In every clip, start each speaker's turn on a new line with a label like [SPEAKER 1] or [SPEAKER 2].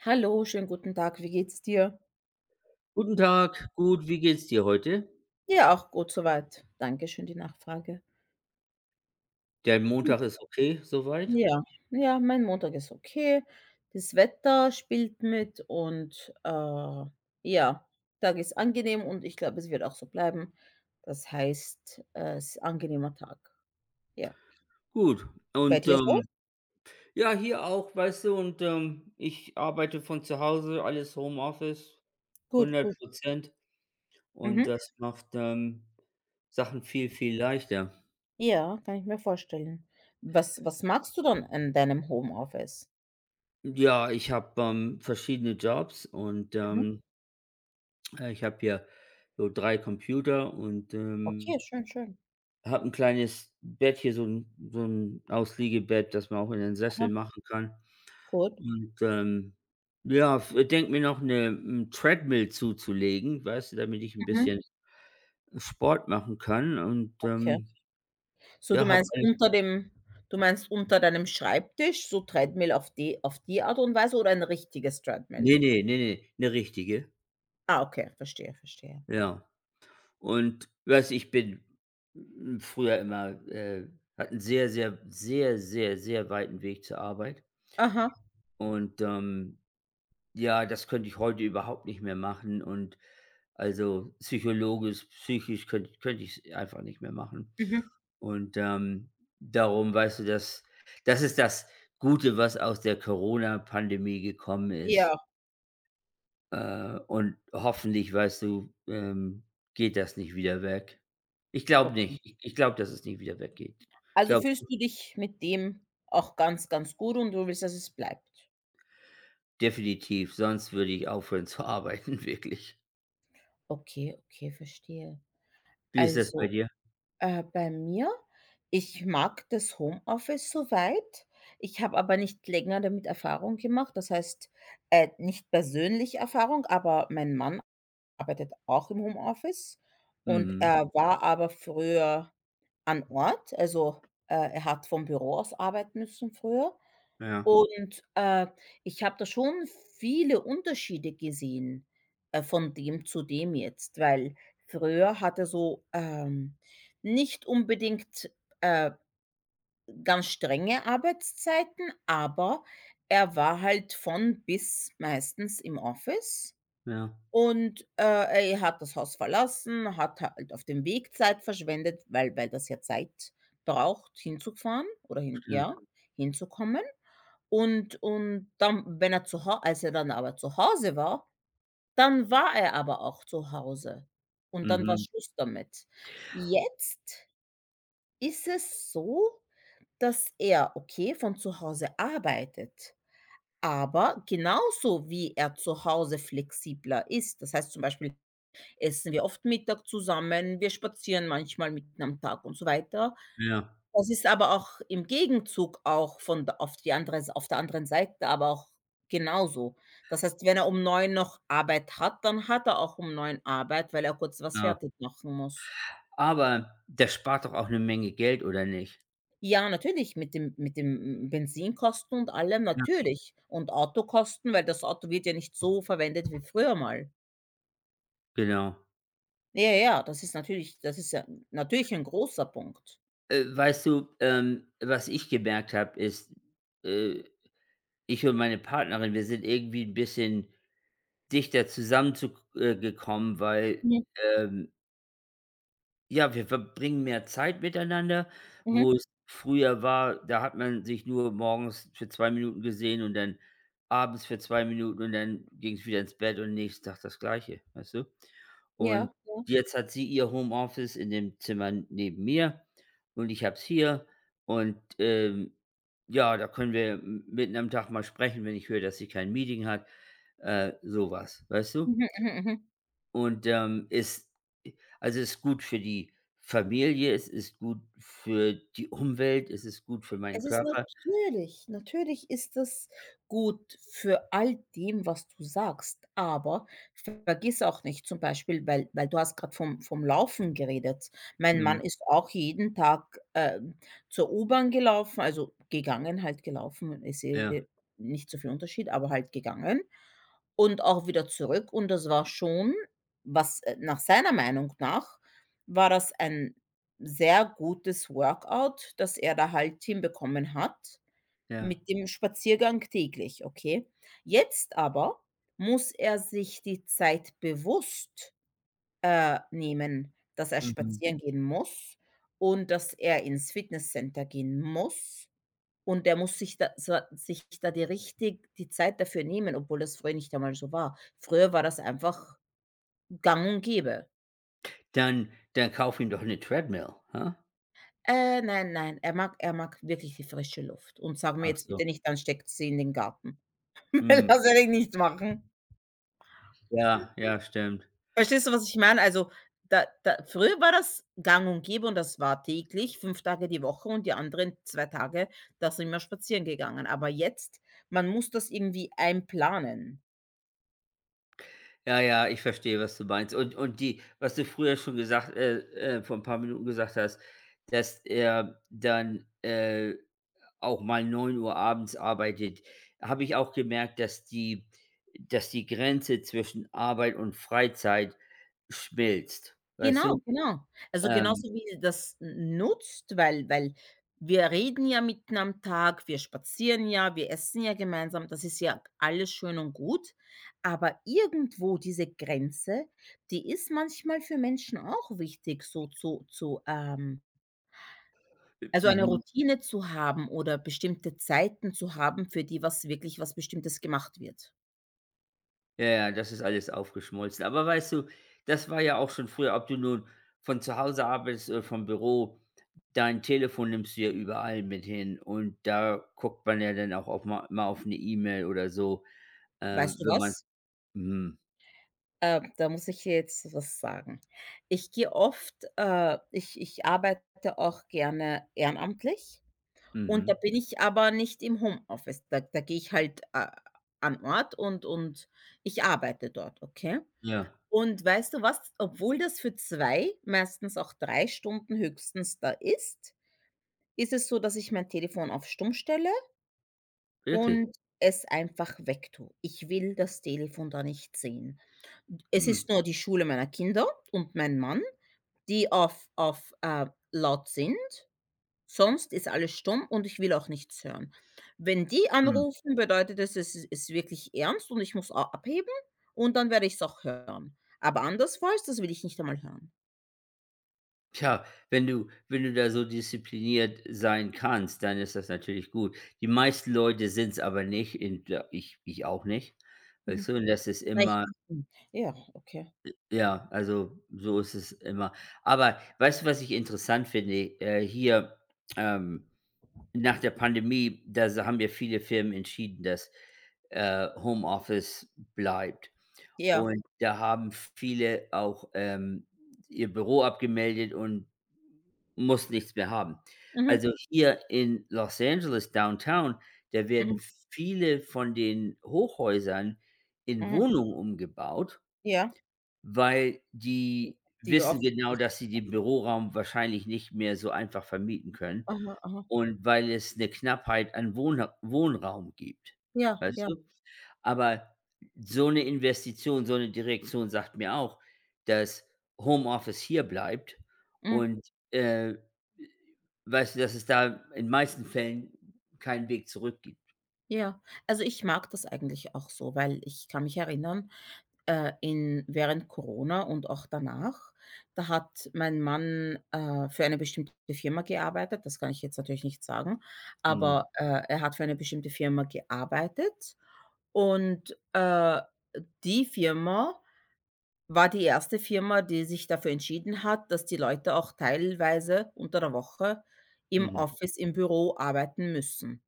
[SPEAKER 1] Hallo, schönen guten Tag. Wie geht's dir?
[SPEAKER 2] Guten Tag, gut, wie geht's dir heute?
[SPEAKER 1] Ja, auch gut soweit. Dankeschön, die Nachfrage.
[SPEAKER 2] Der
[SPEAKER 1] Hm,
[SPEAKER 2] Montag ist okay soweit?
[SPEAKER 1] ja, ja, mein Montag ist okay. Das Wetter spielt mit und, ja, Tag ist angenehm und ich glaube, es wird auch so bleiben. Das heißt, es ist ein angenehmer Tag. Ja.
[SPEAKER 2] Gut.
[SPEAKER 1] Bei
[SPEAKER 2] Und,
[SPEAKER 1] dir so?
[SPEAKER 2] ähm, ja, hier auch, weißt du, ich arbeite von zu Hause, alles Homeoffice,
[SPEAKER 1] Gut,
[SPEAKER 2] hundert
[SPEAKER 1] gut.
[SPEAKER 2] Prozent. Und
[SPEAKER 1] Mhm.
[SPEAKER 2] das macht, Sachen viel, viel leichter.
[SPEAKER 1] Ja, kann ich mir vorstellen. Was magst du dann an deinem Homeoffice?
[SPEAKER 2] Ja, ich habe, verschiedene Jobs
[SPEAKER 1] Mhm.
[SPEAKER 2] ich habe hier so 3 Computer und,
[SPEAKER 1] Okay, schön, schön.
[SPEAKER 2] habe ein kleines Bett hier, so ein so 'n Ausliegebett, das man auch in den Sessel
[SPEAKER 1] Aha,
[SPEAKER 2] machen kann.
[SPEAKER 1] gut.
[SPEAKER 2] Und, ähm, ja, f denke mir noch eine Treadmill zuzulegen, weißt du, damit ich ein
[SPEAKER 1] Mhm.
[SPEAKER 2] bisschen Sport machen kann
[SPEAKER 1] Okay. So,
[SPEAKER 2] ja, habe eigentlich
[SPEAKER 1] du meinst unter deinem Schreibtisch, so Treadmill auf die Art und Weise oder ein richtiges Treadmill?
[SPEAKER 2] nee, 'ne richtige,
[SPEAKER 1] Ah, okay, verstehe, verstehe.
[SPEAKER 2] ja. Und weißt du, ich bin früher immer, hatte 'n sehr, sehr, sehr, sehr, sehr weiten Weg zur Arbeit
[SPEAKER 1] Aha,
[SPEAKER 2] und, ähm Ja, das könnte ich heute überhaupt nicht mehr machen und also psychologisch, psychisch könnte ich's einfach nicht mehr machen.
[SPEAKER 1] mhm.
[SPEAKER 2] Und, ähm, darum, weißt du, das ist das Gute, was aus der Corona-Pandemie gekommen
[SPEAKER 1] Ja,
[SPEAKER 2] ist. Und hoffentlich, weißt du, geht das nicht wieder weg. Ich glaube
[SPEAKER 1] okay.
[SPEAKER 2] nicht. Ich glaube, dass es nicht wieder weggeht. Ich
[SPEAKER 1] Also,
[SPEAKER 2] glaube
[SPEAKER 1] fühlst du dich mit dem auch ganz, ganz gut und du willst, dass es bleibt?
[SPEAKER 2] definitiv, sonst würde ich aufhören zu arbeiten, wirklich.
[SPEAKER 1] Okay, okay, verstehe.
[SPEAKER 2] Wie ist das bei
[SPEAKER 1] Also,
[SPEAKER 2] dir?
[SPEAKER 1] bei mir ich mag das Homeoffice soweit. Ich habe aber nicht länger damit Erfahrung gemacht. Das heißt, nicht persönlich Erfahrung, aber mein Mann arbeitet auch im Homeoffice und
[SPEAKER 2] Mhm.
[SPEAKER 1] er war aber früher an Ort, also, er hat vom Büro aus arbeiten müssen früher.
[SPEAKER 2] Ja,
[SPEAKER 1] Und, ich habe da schon viele Unterschiede gesehen, von dem zu dem jetzt, weil früher hat er so, nicht unbedingt, äh, ganz strenge Arbeitszeiten, aber er war halt von bis meistens im Office
[SPEAKER 2] ja,
[SPEAKER 1] und, er hat das Haus verlassen, hat halt auf dem Weg Zeit verschwendet, weil das ja Zeit braucht, hinzufahren oder hin ja,
[SPEAKER 2] stimmt.
[SPEAKER 1] hinzukommen. Und dann, wenn er zu Hau als er dann aber zu Hause war, dann war er aber auch zu Hause und dann war
[SPEAKER 2] Mhm.
[SPEAKER 1] Schluss damit. Jetzt ist es so, dass er, okay, von zu Hause arbeitet, aber genauso wie er zu Hause flexibler ist. Das heißt zum Beispiel, essen wir oft Mittag zusammen, wir spazieren manchmal mitten am Tag und so weiter.
[SPEAKER 2] Ja,
[SPEAKER 1] Das ist aber auch im Gegenzug auch von d auf die andere auf der anderen Seite aber auch genauso. Das heißt, wenn er um 9 noch Arbeit hat, dann hat er auch um 9 Arbeit, weil er kurz was
[SPEAKER 2] ja.
[SPEAKER 1] fertig machen muss.
[SPEAKER 2] Aber das spart doch auch 'ne Menge Geld, oder nicht?
[SPEAKER 1] Ja, natürlich, mit dem Benzinkosten und allem,
[SPEAKER 2] Ja.
[SPEAKER 1] natürlich. Und Autokosten, weil das Auto wird ja nicht so verwendet wie früher mal.
[SPEAKER 2] Genau.
[SPEAKER 1] Ja, ja, das ist ja natürlich ein großer Punkt.
[SPEAKER 2] Weißt du, was ich gemerkt habe, ist, äh, ich und meine Partnerin, wir sind irgendwie 'n bisschen dichter zusammen zu gekommen, weil,
[SPEAKER 1] Mhm,
[SPEAKER 2] ähm Ja, wir verbringen mehr Zeit miteinander. Wo
[SPEAKER 1] mhm,
[SPEAKER 2] es früher war, da hat man sich nur morgens für 2 Minuten gesehen und dann abends für 2 Minuten und dann ging's wieder ins Bett und nächsten Tag das Gleiche, weißt du? Und
[SPEAKER 1] ja, ja.
[SPEAKER 2] jetzt hat sie ihr Homeoffice in dem Zimmer neben mir und ich hab's hier und, ähm, ja, da können wir m mitten am Tag mal sprechen, wenn ich höre, dass sie kein Meeting hat, so, weißt du?
[SPEAKER 1] Mhm, mhm, mhm.
[SPEAKER 2] Und, ist Also, ist gut für die Familie, es ist gut für die Umwelt, es ist gut für meinen
[SPEAKER 1] Es ist
[SPEAKER 2] Körper.
[SPEAKER 1] natürlich natürlich ist das gut für all dem, was du sagst, aber vergiss auch nicht zum Beispiel, weil du hast gerade vom Laufen geredet. Mein
[SPEAKER 2] Mhm.
[SPEAKER 1] Mann ist auch jeden Tag, zur U-Bahn gelaufen, also gegangen, halt gelaufen, ist
[SPEAKER 2] Ja,
[SPEAKER 1] eh nicht so viel Unterschied, aber halt gegangen und auch wieder zurück und das war schon was, nach seiner Meinung nach war das ein sehr gutes Workout, das er da halt hinbekommen hat
[SPEAKER 2] ja.
[SPEAKER 1] mit dem Spaziergang täglich, okay? Jetzt aber muss er sich die Zeit bewusst, nehmen, dass er
[SPEAKER 2] Mhm.
[SPEAKER 1] spazieren gehen muss und dass er ins Fitnesscenter gehen muss und er muss sich da so sich da die richtig die Zeit dafür nehmen, obwohl das früher nicht einmal so war. Früher war das einfach gang und gäbe.
[SPEAKER 2] Dann dann kauf ihm doch eine Treadmill, ha?
[SPEAKER 1] Nein, nein, er mag wirklich die frische Luft und sag mir
[SPEAKER 2] Ach
[SPEAKER 1] jetzt
[SPEAKER 2] so.
[SPEAKER 1] bitte nicht, dann steckt sie in den Garten.
[SPEAKER 2] Mhm.
[SPEAKER 1] Das werde ich nicht machen.
[SPEAKER 2] Ja, ja, stimmt.
[SPEAKER 1] Verstehst du, was ich meine? Also, da früher war das gang und gäbe und das war täglich, 5 Tage die Woche und die anderen 2 Tage, da sind wir spazieren gegangen. Aber jetzt man muss das irgendwie einplanen.
[SPEAKER 2] Ja, ja, ich verstehe, was du meinst. Und die was du früher schon gesagt vor ein paar Minuten gesagt hast, dass er dann, auch mal neun Uhr abends arbeitet, habe ich auch gemerkt, dass die Grenze zwischen Arbeit und Freizeit schmilzt, weißt du?
[SPEAKER 1] Genau, genau. Also,
[SPEAKER 2] Ähm,
[SPEAKER 1] genauso wie ihr das n nutzt, weil wir reden ja mitten am Tag, wir spazieren ja, wir essen ja gemeinsam, das ist ja alles schön und gut, aber irgendwo diese Grenze, die ist manchmal für Menschen auch wichtig, so also, eine
[SPEAKER 2] mhm,
[SPEAKER 1] Routine zu haben oder bestimmte Zeiten zu haben, für die was wirklich was Bestimmtes gemacht wird.
[SPEAKER 2] ja, ja, das ist alles aufgeschmolzen. Aber weißt du, das war ja auch schon früher, ob du nun von zu Hause arbeitest oder vom Büro, dein Telefon nimmst du ja überall mit hin und da guckt man ja dann auch auf mal auf eine E-Mail oder so,
[SPEAKER 1] Weißt du
[SPEAKER 2] wenn man
[SPEAKER 1] was?
[SPEAKER 2] mhm,
[SPEAKER 1] Da muss ich dir jetzt was sagen. Ich gehe oft ich ich arbeite auch gerne ehrenamtlich und
[SPEAKER 2] mhm,
[SPEAKER 1] da bin ich aber nicht im Homeoffice. Da gehe ich halt, an Ort und ich arbeite dort, okay?
[SPEAKER 2] ja,
[SPEAKER 1] Und weißt du was? Obwohl das für 2, meistens auch 3 Stunden höchstens da ist, ist es so, dass ich mein Telefon auf stumm stelle
[SPEAKER 2] wirklich.
[SPEAKER 1] und es einfach wegtue. Ich will das Telefon da nicht sehen. Es
[SPEAKER 2] Mhm,
[SPEAKER 1] ist nur die Schule meiner Kinder und mein Mann, die auf laut sind. Sonst ist alles stumm und ich will auch nichts hören. Wenn die
[SPEAKER 2] mhm.
[SPEAKER 1] anrufen, bedeutet es, es ist wirklich ernst und ich muss a abheben und dann werde ich es auch hören. Aber andersfalls, das will ich nicht einmal hören.
[SPEAKER 2] Tja, wenn du da so diszipliniert sein kannst, dann ist das natürlich gut. Die meisten Leute sind es aber nicht, in der ich auch nicht. Weißt
[SPEAKER 1] Mhm.
[SPEAKER 2] du? Und das ist
[SPEAKER 1] Recht.
[SPEAKER 2] immer
[SPEAKER 1] Hm. Ja, okay.
[SPEAKER 2] ja, also, so ist es immer. Aber weißt du, was ich interessant finde? Hier, ähm, nach der Pandemie, da s haben ja viele Firmen entschieden, dass, Homeoffice bleibt.
[SPEAKER 1] Ja.
[SPEAKER 2] Und da haben viele auch, ihr Büro abgemeldet und mussten nichts mehr haben.
[SPEAKER 1] Mhm.
[SPEAKER 2] Also, hier in Los Angeles Downtown, da
[SPEAKER 1] Mhm.
[SPEAKER 2] werden viele von den Hochhäusern in
[SPEAKER 1] Mhm.
[SPEAKER 2] Wohnungen umgebaut,
[SPEAKER 1] Ja.
[SPEAKER 2] weil die
[SPEAKER 1] Die
[SPEAKER 2] wissen
[SPEAKER 1] oft
[SPEAKER 2] genau,
[SPEAKER 1] nicht.
[SPEAKER 2] dass sie den Büroraum wahrscheinlich nicht mehr so einfach vermieten können.
[SPEAKER 1] Aha, aha.
[SPEAKER 2] Und weil es 'ne Knappheit an Wohna Wohnraum gibt,
[SPEAKER 1] Ja,
[SPEAKER 2] mhm, weißt
[SPEAKER 1] ja.
[SPEAKER 2] du? Aber so 'ne Investition, so 'ne Direktion sagt mir auch, dass Homeoffice hier bleibt
[SPEAKER 1] Mhm.
[SPEAKER 2] und, äh, weißt du, dass es da in meisten Fällen keinen Weg zurück gibt.
[SPEAKER 1] Ja. Also, ich mag das eigentlich auch so, weil ich kann mich erinnern, in während Corona und auch danach, da hat mein Mann, für eine bestimmte Firma gearbeitet. Das kann ich jetzt natürlich nicht sagen,
[SPEAKER 2] Mhm,
[SPEAKER 1] aber, er hat für eine bestimmte Firma gearbeitet und, die Firma war die erste Firma, die sich dafür entschieden hat, dass die Leute auch teilweise unter der Woche im
[SPEAKER 2] mhm.
[SPEAKER 1] Office, im Büro arbeiten müssen.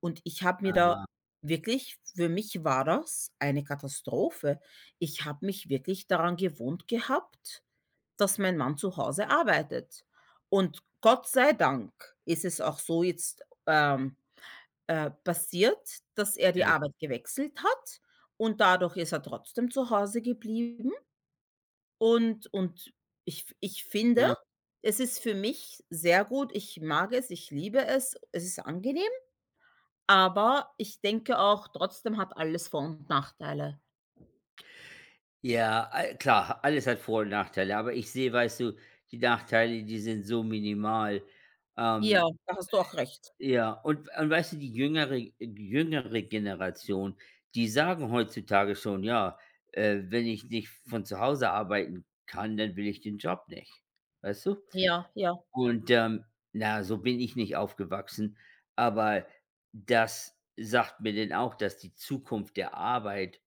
[SPEAKER 1] Und ich habe mir da
[SPEAKER 2] Aber
[SPEAKER 1] wirklich, für mich war das eine Katastrophe. Ich habe mich wirklich daran gewohnt gehabt, dass mein Mann zu Hause arbeitet. Und Gott sei Dank ist es auch so jetzt, passiert, dass er die
[SPEAKER 2] ja,
[SPEAKER 1] Arbeit gewechselt hat und dadurch ist er trotzdem zu Hause geblieben. Und ich finde,
[SPEAKER 2] ja.
[SPEAKER 1] es ist für mich sehr gut. Ich mag es, ich liebe es, es ist angenehm, aber ich denke auch, trotzdem hat alles Vor und Nachteile.
[SPEAKER 2] Ja, al klar, alles hat Vor und Nachteile, aber ich sehe, weißt du, die Nachteile, die sind so minimal. Ähm
[SPEAKER 1] Ja, da hast du auch recht.
[SPEAKER 2] Ja, und weißt du, die jüngere jüngere Generation, die sagen heutzutage schon: „Ja, wenn ich nicht von zu Hause arbeiten kann, dann will ich den Job nicht.“ Weißt du?
[SPEAKER 1] Ja, ja.
[SPEAKER 2] Und, ähm, na, so bin ich nicht aufgewachsen, aber das sagt mir denn auch, dass die Zukunft der Arbeit,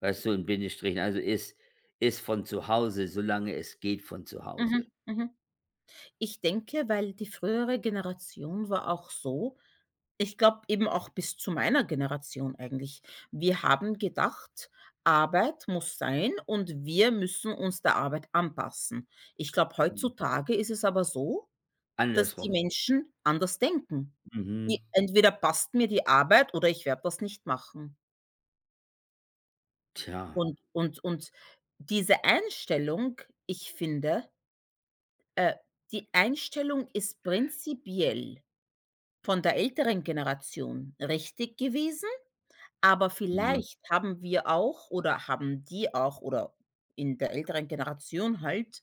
[SPEAKER 2] weißt du, in Bindestrichen, ist von zu Hause, solange es geht, von zu
[SPEAKER 1] Mhm,
[SPEAKER 2] Hause.
[SPEAKER 1] mhm. Ich denke, weil die frühere Generation war auch so. Ich glaube eben auch bis zu meiner Generation eigentlich. Wir haben gedacht, Arbeit muss sein und wir müssen uns der Arbeit anpassen. Ich glaube,
[SPEAKER 2] Mhm.
[SPEAKER 1] heutzutage ist es aber so, dass die
[SPEAKER 2] Andersrum.
[SPEAKER 1] Menschen anders denken.
[SPEAKER 2] Mhm.
[SPEAKER 1] Die entweder passt mir die Arbeit oder ich werde das nicht machen.
[SPEAKER 2] Tja.
[SPEAKER 1] Und diese Einstellung, ich finde, äh, die Einstellung ist prinzipiell von der älteren Generation richtig gewesen, aber
[SPEAKER 2] Mhm.
[SPEAKER 1] vielleicht haben wir auch oder haben die auch oder in der älteren Generation halt,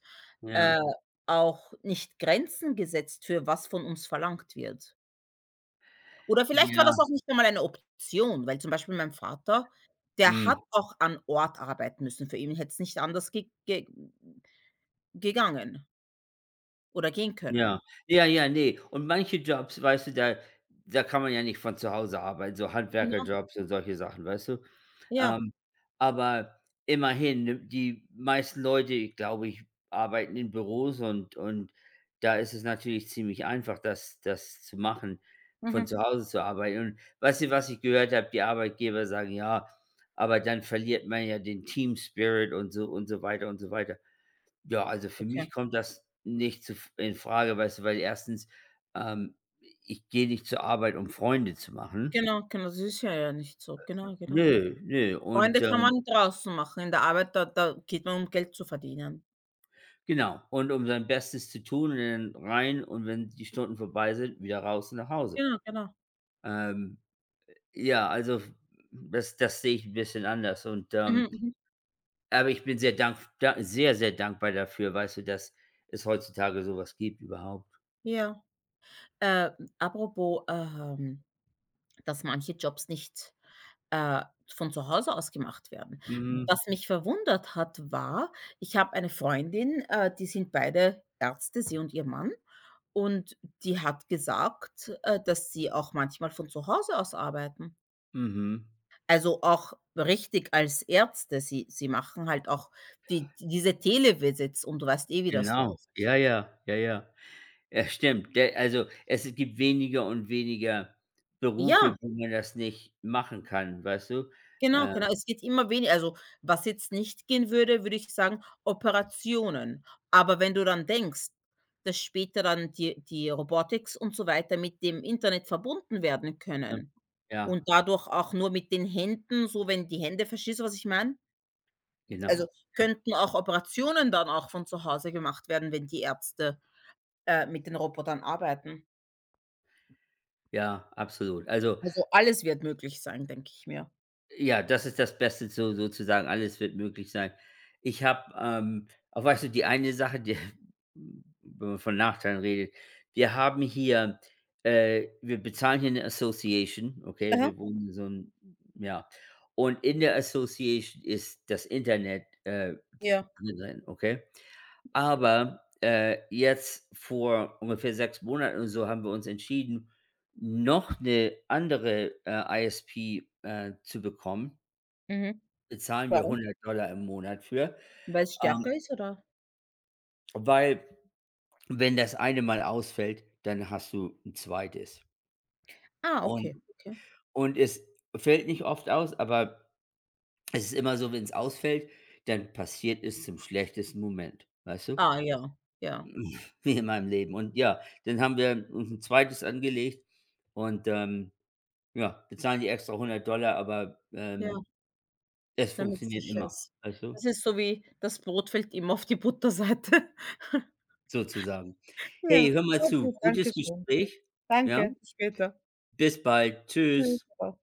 [SPEAKER 1] äh,
[SPEAKER 2] Ja.
[SPEAKER 1] auch nicht Grenzen gesetzt, für was von uns verlangt wird. Oder vielleicht war
[SPEAKER 2] Ja.
[SPEAKER 1] das auch nicht einmal eine Option, weil zum Beispiel mein Vater, der hat
[SPEAKER 2] Mhm.
[SPEAKER 1] auch an Ort arbeiten müssen. Für ihn hätte es nicht anders ge ge gegangen oder gehen
[SPEAKER 2] Ja,
[SPEAKER 1] können.
[SPEAKER 2] ja, ja, nee. Und manche Jobs, weißt du, da da kann man ja nicht von zu Hause arbeiten, so
[SPEAKER 1] Genau,
[SPEAKER 2] Handwerkerjobs und solche Sachen, weißt du?
[SPEAKER 1] ja.
[SPEAKER 2] Ähm, aber immerhin, ne, die meisten Leute, glaube ich, arbeiten in Büros und da ist es natürlich ziemlich einfach, das zu machen, von
[SPEAKER 1] Mhm.
[SPEAKER 2] zu Hause zu arbeiten. Und weißt du, was ich gehört habe? Die Arbeitgeber sagen: „Ja, aber dann verliert man ja den Team Spirit“ und so weiter und so weiter. Ja, also für
[SPEAKER 1] Okay.
[SPEAKER 2] mich kommt das nicht zu in Frage, weißt du, weil erstens, ähm, ich gehe nicht zur Arbeit, um Freunde zu machen.
[SPEAKER 1] Genau, genau, das ist ja ja nicht so. Genau, genau.
[SPEAKER 2] Nö, nö.
[SPEAKER 1] Freunde kann man draußen machen, in der Arbeit, da geht man, um Geld zu verdienen.
[SPEAKER 2] Genau, und um sein Bestes zu tun und dann rein und wenn die Stunden vorbei sind, wieder raus und nach Hause.
[SPEAKER 1] Genau, genau.
[SPEAKER 2] Ähm, ja, also f das das sehe ich ein bisschen anders
[SPEAKER 1] Mhm, mhm.
[SPEAKER 2] aber ich bin sehr dank da sehr, sehr dankbar dafür, weißt du, dass es heutzutage sowas gibt überhaupt.
[SPEAKER 1] Ja. Äh, Apropos, dass manche Jobs nicht, äh, von zu Hause aus gemacht werden.
[SPEAKER 2] Mhm,
[SPEAKER 1] Was mich verwundert hat, war, ich habe eine Freundin, die sind beide Ärzte, sie und ihr Mann, und die hat gesagt, dass sie auch manchmal von zu Hause aus arbeiten.
[SPEAKER 2] mhm.
[SPEAKER 1] Also, auch richtig als Ärzte, sie machen halt auch diese Televisits und du weißt eh, wie das
[SPEAKER 2] Genau.
[SPEAKER 1] läuft.
[SPEAKER 2] Ja, ja, ja, ja. Ja, stimmt. Der also, es gibt weniger und weniger Berufe,
[SPEAKER 1] Ja,
[SPEAKER 2] wo man das nicht machen kann, weißt du?
[SPEAKER 1] genau,
[SPEAKER 2] Äh,
[SPEAKER 1] genau. Es wird immer weniger also, was jetzt nicht gehen würde, würde ich sagen, Operationen. Aber wenn du dann denkst, dass später dann die Robotics und so weiter mit dem Internet verbunden werden
[SPEAKER 2] ja.
[SPEAKER 1] können und
[SPEAKER 2] Ja,
[SPEAKER 1] dadurch auch nur mit den Händen, so wenn die Hände verstehst du, was ich meine?
[SPEAKER 2] genau.
[SPEAKER 1] Also,
[SPEAKER 2] Ja,
[SPEAKER 1] könnten auch Operationen dann auch von zu Hause gemacht werden, wenn die Ärzte mit den Robotern arbeiten.
[SPEAKER 2] ja, absolut. Also,
[SPEAKER 1] Also, alles wird möglich sein, denke ich mir.
[SPEAKER 2] ja, das ist das Beste so sozusagen, alles wird möglich sein. Ich habe, auch, weißt du, die eine Sache, die wenn man von Nachteilen redet, wir haben hier wir bezahlen hier eine Association, okay?
[SPEAKER 1] Aha,
[SPEAKER 2] Wir wohnen in so ein ja, und in der Association ist das Internet,
[SPEAKER 1] ja.
[SPEAKER 2] drin sein, okay? Aber, jetzt vor ungefähr 6 Monaten und so haben wir uns entschieden, noch eine andere, ISP, zu bekommen.
[SPEAKER 1] Mhm.
[SPEAKER 2] Bezahlen wir
[SPEAKER 1] Warum?
[SPEAKER 2] 100 im Monat für,
[SPEAKER 1] Weil es
[SPEAKER 2] ähm,
[SPEAKER 1] stärker ist, oder?
[SPEAKER 2] weil wenn das eine mal ausfällt, dann hast du ein zweites.
[SPEAKER 1] Ah,
[SPEAKER 2] Und
[SPEAKER 1] okay, okay.
[SPEAKER 2] und es fällt nicht oft aus, aber es ist immer so, wenn es ausfällt, dann passiert es zum schlechtesten Moment, weißt du?
[SPEAKER 1] Ah, ja, ja,
[SPEAKER 2] Wie in meinem Leben. Und ja, dann haben wir uns ein zweites angelegt und, ja, bezahlen die extra 100, aber,
[SPEAKER 1] ja,
[SPEAKER 2] es
[SPEAKER 1] damit's
[SPEAKER 2] funktioniert
[SPEAKER 1] sicher
[SPEAKER 2] immer,
[SPEAKER 1] ist.
[SPEAKER 2] weißt du,
[SPEAKER 1] Das ist so wie das Brot fällt immer auf die Butterseite.
[SPEAKER 2] sozusagen. Hey,
[SPEAKER 1] Ja.
[SPEAKER 2] hör mal
[SPEAKER 1] Na
[SPEAKER 2] zu,
[SPEAKER 1] gut, danke
[SPEAKER 2] gutes
[SPEAKER 1] schön.
[SPEAKER 2] Gespräch, ja?
[SPEAKER 1] Danke, bis später.
[SPEAKER 2] Bis bald.
[SPEAKER 1] Tschüss,
[SPEAKER 2] Tschüss.
[SPEAKER 1] baba.